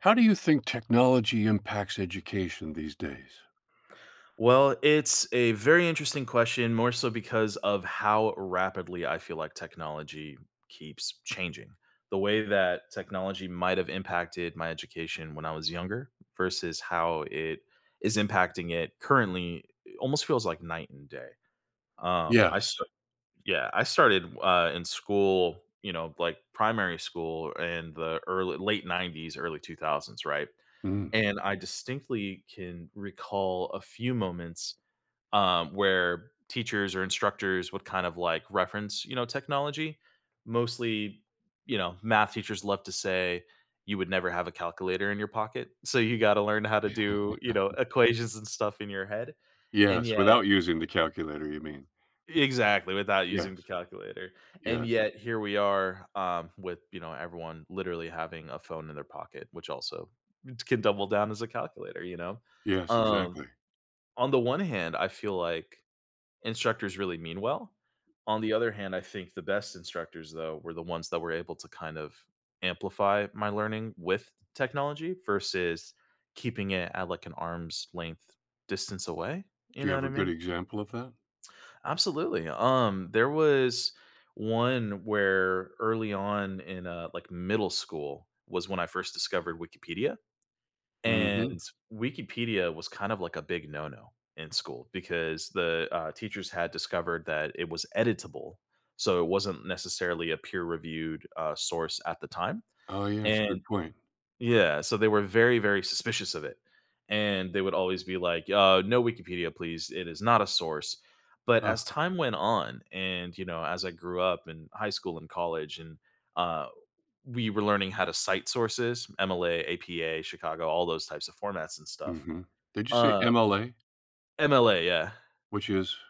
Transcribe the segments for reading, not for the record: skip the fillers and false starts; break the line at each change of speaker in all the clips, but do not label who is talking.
How do you think technology impacts education these days?
Well, it's a very interesting question, more so because of how rapidly I feel like technology keeps changing. The way that technology might have impacted my education when I was younger versus how it is impacting it currently it almost feels like night and day. Um, I
Yes.
sta- yeah, I started in school, like primary school in the early late 90s, early 2000s, right?
Mm.
And I distinctly can recall a few moments where teachers or instructors would kind of like reference, technology. Mostly, you know, math teachers love to say you would never have a calculator in your pocket. So you got to learn how to do, equations and stuff in your head. And
Yes,
yet,
without using the calculator, you mean.
exactly, without using the
Yes.
calculator. And
Yes.
yet, here we are with, you know, everyone literally having a phone in their pocket, which also can double down as a calculator, you know?
Yes,
Um,
exactly.
on the one hand, I feel like instructors really mean well. On the other hand, I think the best instructors, though, were the ones that were able to kind of amplify my learning with technology versus keeping it at like an arm's length distance away.
Do
You
you
know
have
what
a
I
good
mean?
example of that?
Absolutely. There was one where early on in like middle school was when I first discovered Wikipedia
Mhm.
and Wikipedia was kind of like a big no-no in school because the teachers had discovered that it was editable, so it wasn't necessarily a peer-reviewed, source at the time,
Oh, yes, good
and
point.
yeah, so they were very, very suspicious of it, and they would always be like, "No Wikipedia, please, it is not a source." But
Oh,
as time went on and, you know, as I grew up in high school and college and, uh we were learning how to cite sources, MLA, APA, Chicago, all those types of formats and stuff.
mhm. Did you say
Uh,
MLA?
MLA, yeah.
Which is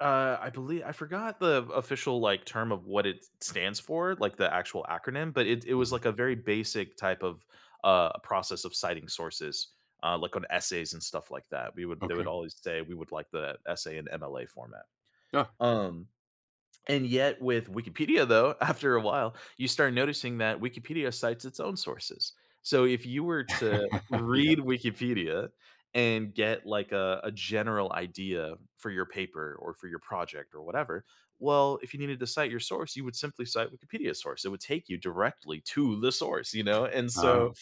I believe I forgot the official like term of what it stands for, like the actual acronym, but it was
Mhm.
like a very basic type of process of citing sources, like on essays and stuff like that. We would they would
Okay.
always say we would like the essay in MLA format.
Yeah.
Um, And yet, with Wikipedia, though, after a while, you start noticing that Wikipedia cites its own sources. So if you were to
Yeah.
read Wikipedia and get like a general idea for your paper or for your project or whatever, well, if you needed to cite your source, you would simply cite Wikipedia's source. It would take you directly to the source, you know? And
Oh,
so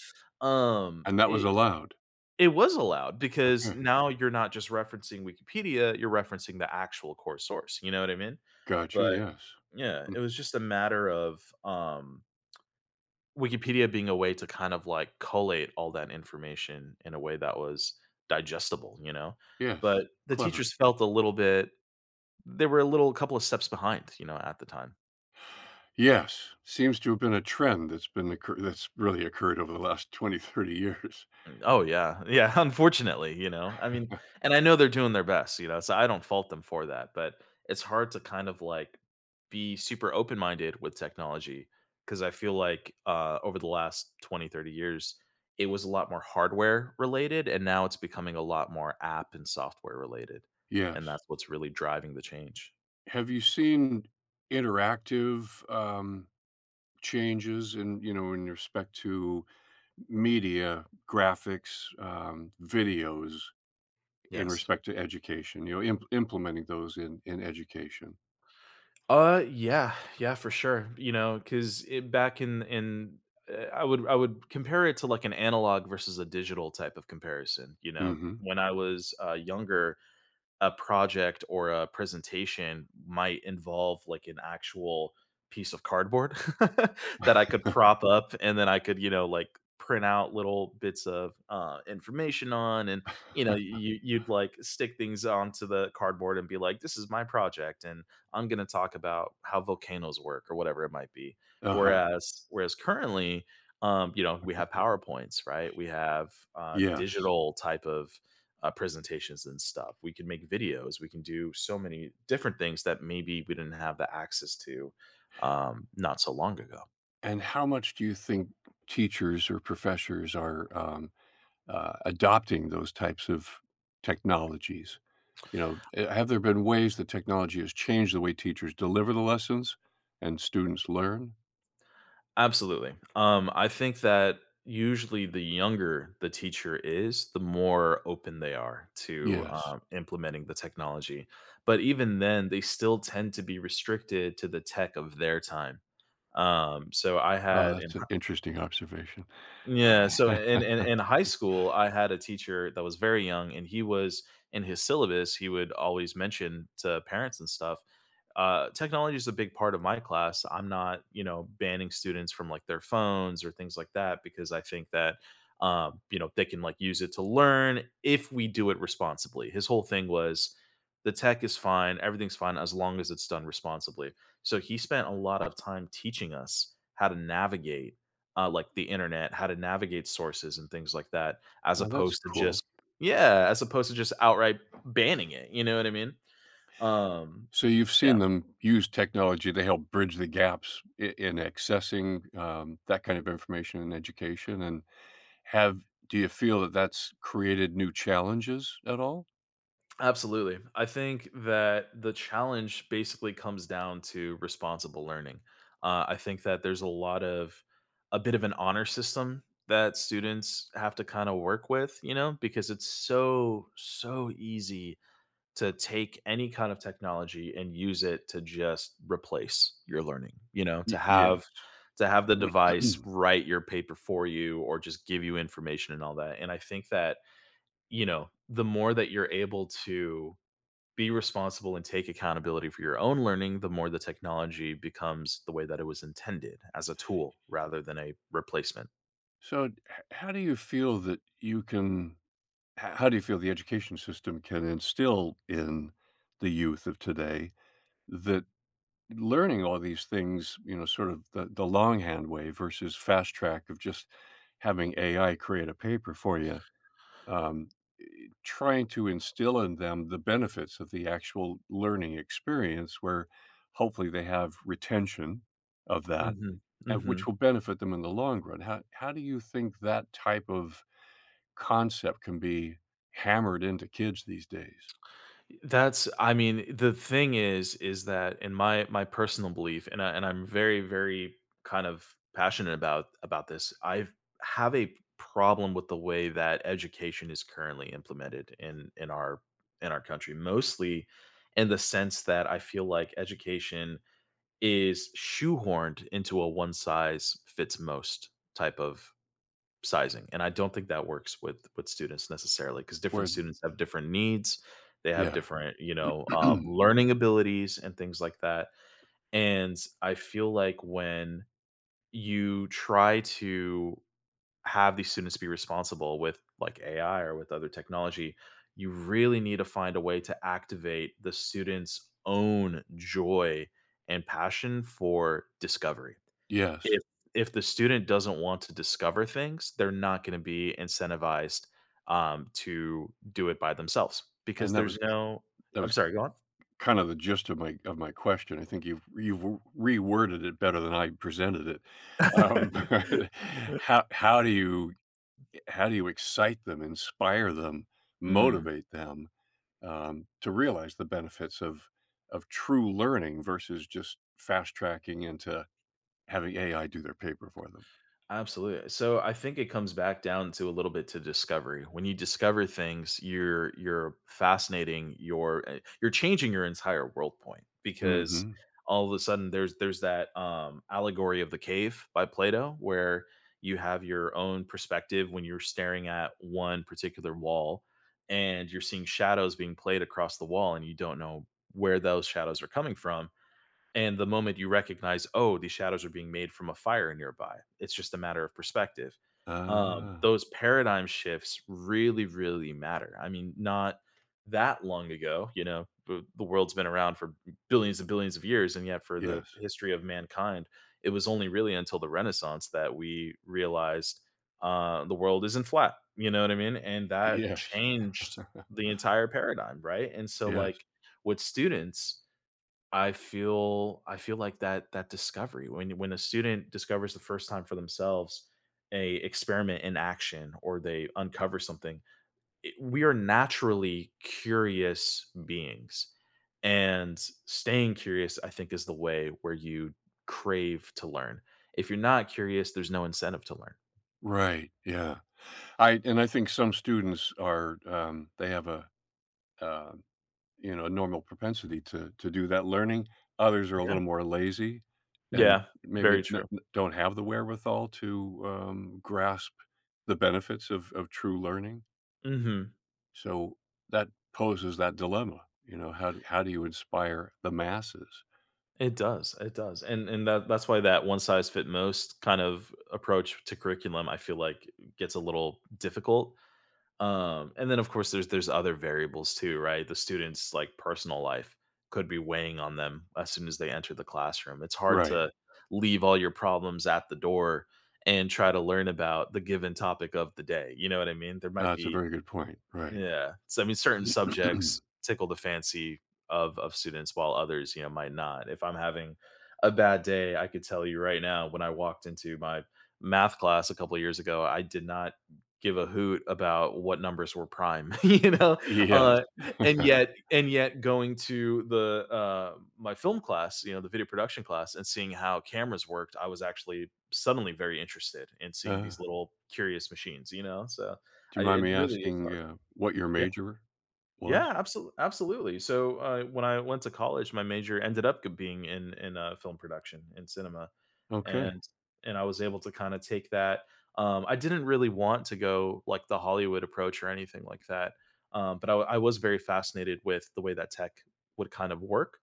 um
and that was
it,
allowed.
it was allowed because
Okay.
now you're not just referencing Wikipedia, you're referencing the actual core source, you know what I mean?
Gotcha,
But
yes.
yeah,
Mm,
it was just a matter of, Wikipedia being a way to kind of, like, collate all that information in a way that was digestible, you know?
yes.
But the
Clever.
teachers felt a little bit they were a little a couple of steps behind, you know, at the time.
Yes. Seems to have been a trend that's really occurred over the last 20, 30 years.
Mm, oh, yeah. Yeah, unfortunately, you know? I mean and I know they're doing their best, you know, so I don't fault them for that, but it's hard to kind of, like, be super open-minded with technology because I feel like, over the last 20, 30 years, it was a lot more hardware related, and now it's becoming a lot more app and software related, and
Yes.
that's what's really driving the change.
Have you seen interactive, changes in, in respect to media, graphics, videos in
Yes.
respect to education, implementing those in education?
Yeah, for sure. You know, because back in I would compare it to like an analog versus a digital type of comparison. You know,
Mhm.
when I was younger, a project or a presentation might involve like an actual piece of cardboard that I could prop up and then I could, you know, like print out little bits of information on and you know you'd like stick things onto the cardboard and be like this is my project and I'm going to talk about how volcanoes work or whatever it might be,
Uh-huh.
whereas currently you know we have powerpoints, right? We have
Yes.
digital type of presentations and stuff. We can make videos. We can do so many different things that maybe we didn't have the access to not so long ago.
And how much do you think teachers or professors are, adopting those types of technologies? Have there been ways that technology has changed the way teachers deliver the lessons and students learn?
Absolutely. I think that usually the younger the teacher is, the more open they are to
Yes.
implementing the technology. But even then, they still tend to be restricted to the tech of their time. So I
Oh,
had in
that's an interesting observation.
Yeah, so in in high school, I had a teacher that was very young, and he was in his syllabus, he would always mention to parents and stuff, technology is a big part of my class. I'm not, you know, banning students from, like, their phones or things like that because I think that, you know, they can, like, use it to learn if we do it responsibly. His whole thing was, "The tech is fine, everything's fine as long as it's done responsibly." So he spent a lot of time teaching us how to navigate like the internet, how to navigate sources and things like that, as
Oh, that's
opposed to
cool.
just yeah, as opposed to just outright banning it. You know what I mean? Um,
So you've
yeah,
seen them use technology to help bridge the gaps I in accessing, that kind of information in education and Have do you feel that that's created new challenges at all?
absolutely. I think that the challenge basically comes down to responsible learning. I think that there's a lot of a bit of an honor system that students have to kind of work with, you know, because it's so so easy to take any kind of technology and use it to just replace your learning, you know,
Y yes.
to have the device write your paper for you or just give you information and all that. And I think that, you know, the more that you're able to be responsible and take accountability for your own learning, the more the technology becomes the way that it was intended as a tool rather than a replacement.
So, h how do you feel that you can h how do you feel the education system can instill in the youth of today that learning all these things, sort of the longhand way versus fast track of just having AI create a paper for you, um, trying to instill in them the benefits of the actual learning experience where hopefully they have retention of that
Mhm.
which
Mhm.
will benefit them in the long run. How do you think that type of concept can be hammered into kids these days?
That's I mean, the thing is that in my personal belief and I'm very kind of passionate about this. I have a problem with the way that education is currently implemented in our country, mostly in the sense that I feel like education is shoehorned into a one size fits most type of sizing, and I don't think that works with students necessarily, because
where
different
d-
students have different needs, they have
yeah.
different, you know, learning abilities and things like that, and I feel like when you try to have these students be responsible with, like, AI or with other technology, you really need to find a way to activate the student's own joy and passion for discovery.
Yes,
If if the student doesn't want to discover things, they're not gonna be incentivized, to do it by themselves
and
because
that
there's
was
no
that
I'm
was
sorry, go on.
kind of the gist of my question. I think you've reworded it better than I presented it. um, how how do you how do you excite them, inspire them,
Mm.
motivate them, to realize the benefits of true learning versus just fast tracking into having AI do their paper for them?
Absolutely. So I think it comes back down to a little bit to discovery. When you discover things, you're fascinating. You're changing your entire world point because
Mhm.
all of a sudden there's that allegory of the cave by Plato where you have your own perspective when you're staring at one particular wall and you're seeing shadows being played across the wall and you don't know where those shadows are coming from, and the moment you recognize, oh, these shadows are being made from a fire nearby, it's just a matter of perspective.
Ah,
Those paradigm shifts really, really matter. I mean, not that long ago, you know, the world's been around for billions and billions of years. And yet, for the
yes.
history of mankind, it was only really until the Renaissance that we realized the world isn't flat. You know what I mean? And that
Yes.
changed the entire paradigm, right? And so,
Yes.
like, with students, I feel like that discovery when a student discovers the first time for themselves a experiment in action or they uncover something, we are naturally curious beings. And staying curious, I think, is the way where you crave to learn. If you're not curious, there's no incentive to learn.
Right, yeah. I And I think some students are, they have um a normal propensity to do that learning. Others are a
Yeah.
little more lazy and
Yeah.
maybe
Very
n
true.
n don't have the wherewithal to, grasp the benefits of true learning.
Hmm.
So that poses that dilemma, how do you inspire the masses?
It does, and that that's why that one size fit most kind of approach to curriculum, I feel like gets a little difficult. And then of course there's other variables too, right? The students' like personal life could be weighing on them as soon as they enter the classroom. It's hard
Right.
to leave all your problems at the door and try to learn about the given topic of the day. You know what I mean? There might
That's a
be
very good point, right.
yeah. So I mean, certain subjects tickle the fancy of students, while others, you know, might not. If I'm having a bad day, I could tell you right now. When I walked into my math class a couple of years ago, I did not give a hoot about what numbers were prime, you know.
Yes.
Uh, and yet, and yet, going to the my film class, you know, the video production class, and seeing how cameras worked, I was actually suddenly very interested in seeing
Uh,
these little curious machines, you know. So
do you mind
it
me
really is
asking,
hard.
what your major was?
Yeah, absolutely, absolutely. So when I went to college, my major ended up being in film production in cinema,
Okay.
and I was able to kind of take that. I didn't really want to go like the Hollywood approach or anything like that, I was very fascinated with the way that tech would kind of work,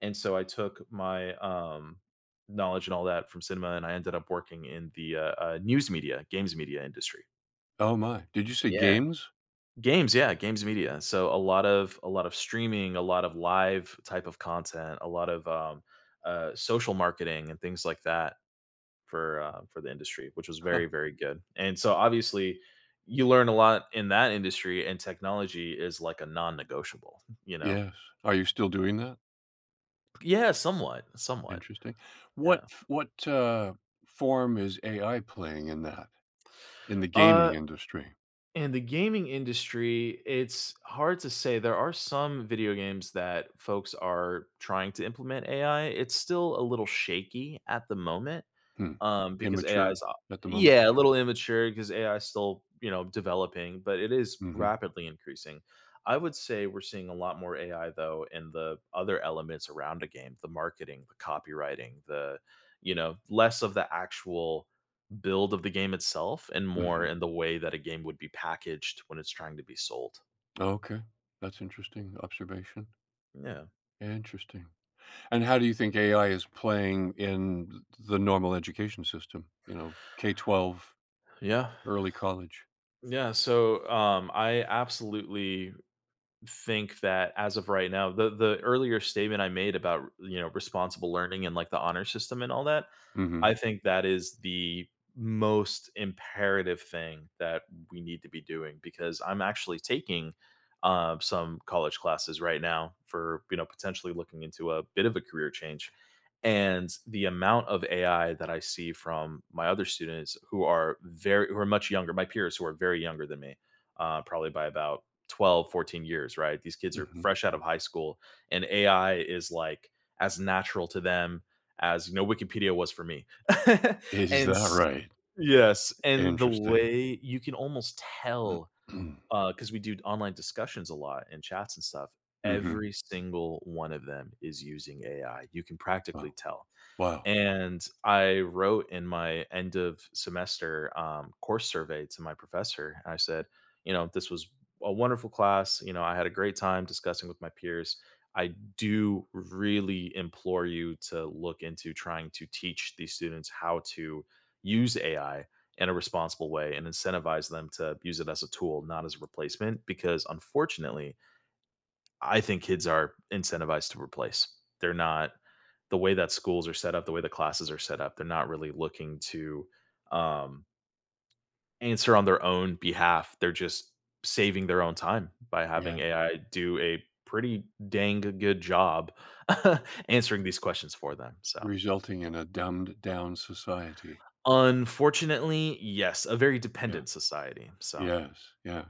and so I took my knowledge and all that from cinema, and I ended up working in the news media, games media industry.
Oh my. Did you say
Yeah.
games?
Games, yeah, games media. So a lot of streaming, a lot of live type of content, a lot of social marketing and things like that for the industry, which was very very good. And so obviously, you learn a lot in that industry, and technology is like a non-negotiable. You know,
Yes. Are you still doing that?
yeah, somewhat, somewhat,
Interesting.
yeah.
What form is AI playing in that in the gaming
Uh,
industry?
In the gaming industry, it's hard to say. There are some video games that folks are trying to implement AI. It's still a little shaky at the moment.
Hmm.
Um, because AI
Immature
is uh,
at the moment?
Yeah, a little immature. Because AI is still, you know, developing, but it is
Mhm.
rapidly increasing. I would say we're seeing a lot more AI, though, in the other elements around a game, the marketing, the copywriting, the you know, less of the actual build of the game itself and more
Mhm.
in the way that a game would be packaged when it's trying to be sold.
Okay. That's interesting observation.
Yeah.
Interesting. And how do you think AI is playing in th the normal education system? K-12,
Yeah.
early college?
I absolutely think that as of right now, the earlier statement I made about, you know, responsible learning and like the honor system and all that,
Mhm.
I think that is the most imperative thing that we need to be doing because I'm actually taking some college classes right now for, you know, potentially looking into a bit of a career change. And the amount of AI that I see from my other students who are much younger, my peers who are very younger than me, probably by about 12, 14 years right, these kids are
Mhm.
fresh out of high school, and ai is like as natural to them as, you know, wikipedia was for me.
Is
and
that
s-
right?
yes, and the
Interesting.
way you can almost tell, because we do online discussions a lot and chats and stuff,
Mhm.
every single one of them is using ai, you can practically
Wow.
tell.
Wow.
And I wrote in my end of semester course survey to my professor. And I said, you know, this was a wonderful class. You know, I had a great time discussing with my peers. I do really implore you to look into trying to teach these students how to use AI in a responsible way and incentivize them to use it as a tool, not as a replacement. Because unfortunately, I think kids are incentivized to replace. They're not the way that schools are set up, the way the classes are set up. They're not really looking to um, answer on their own behalf. They're just saving their own time by
Yeah.
having AI do a pretty dang good job answering these questions for them. So,
Resulting in a dumbed down society.
unfortunately, yes, a very
Yeah.
dependent society. So,
Yes, yeah.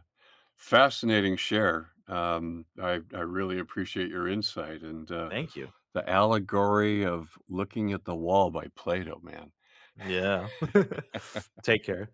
Fascinating share. I really appreciate your insight and
thank you.
the allegory of "Looking at the Wall" by Plato, man.
Yeah. Take care.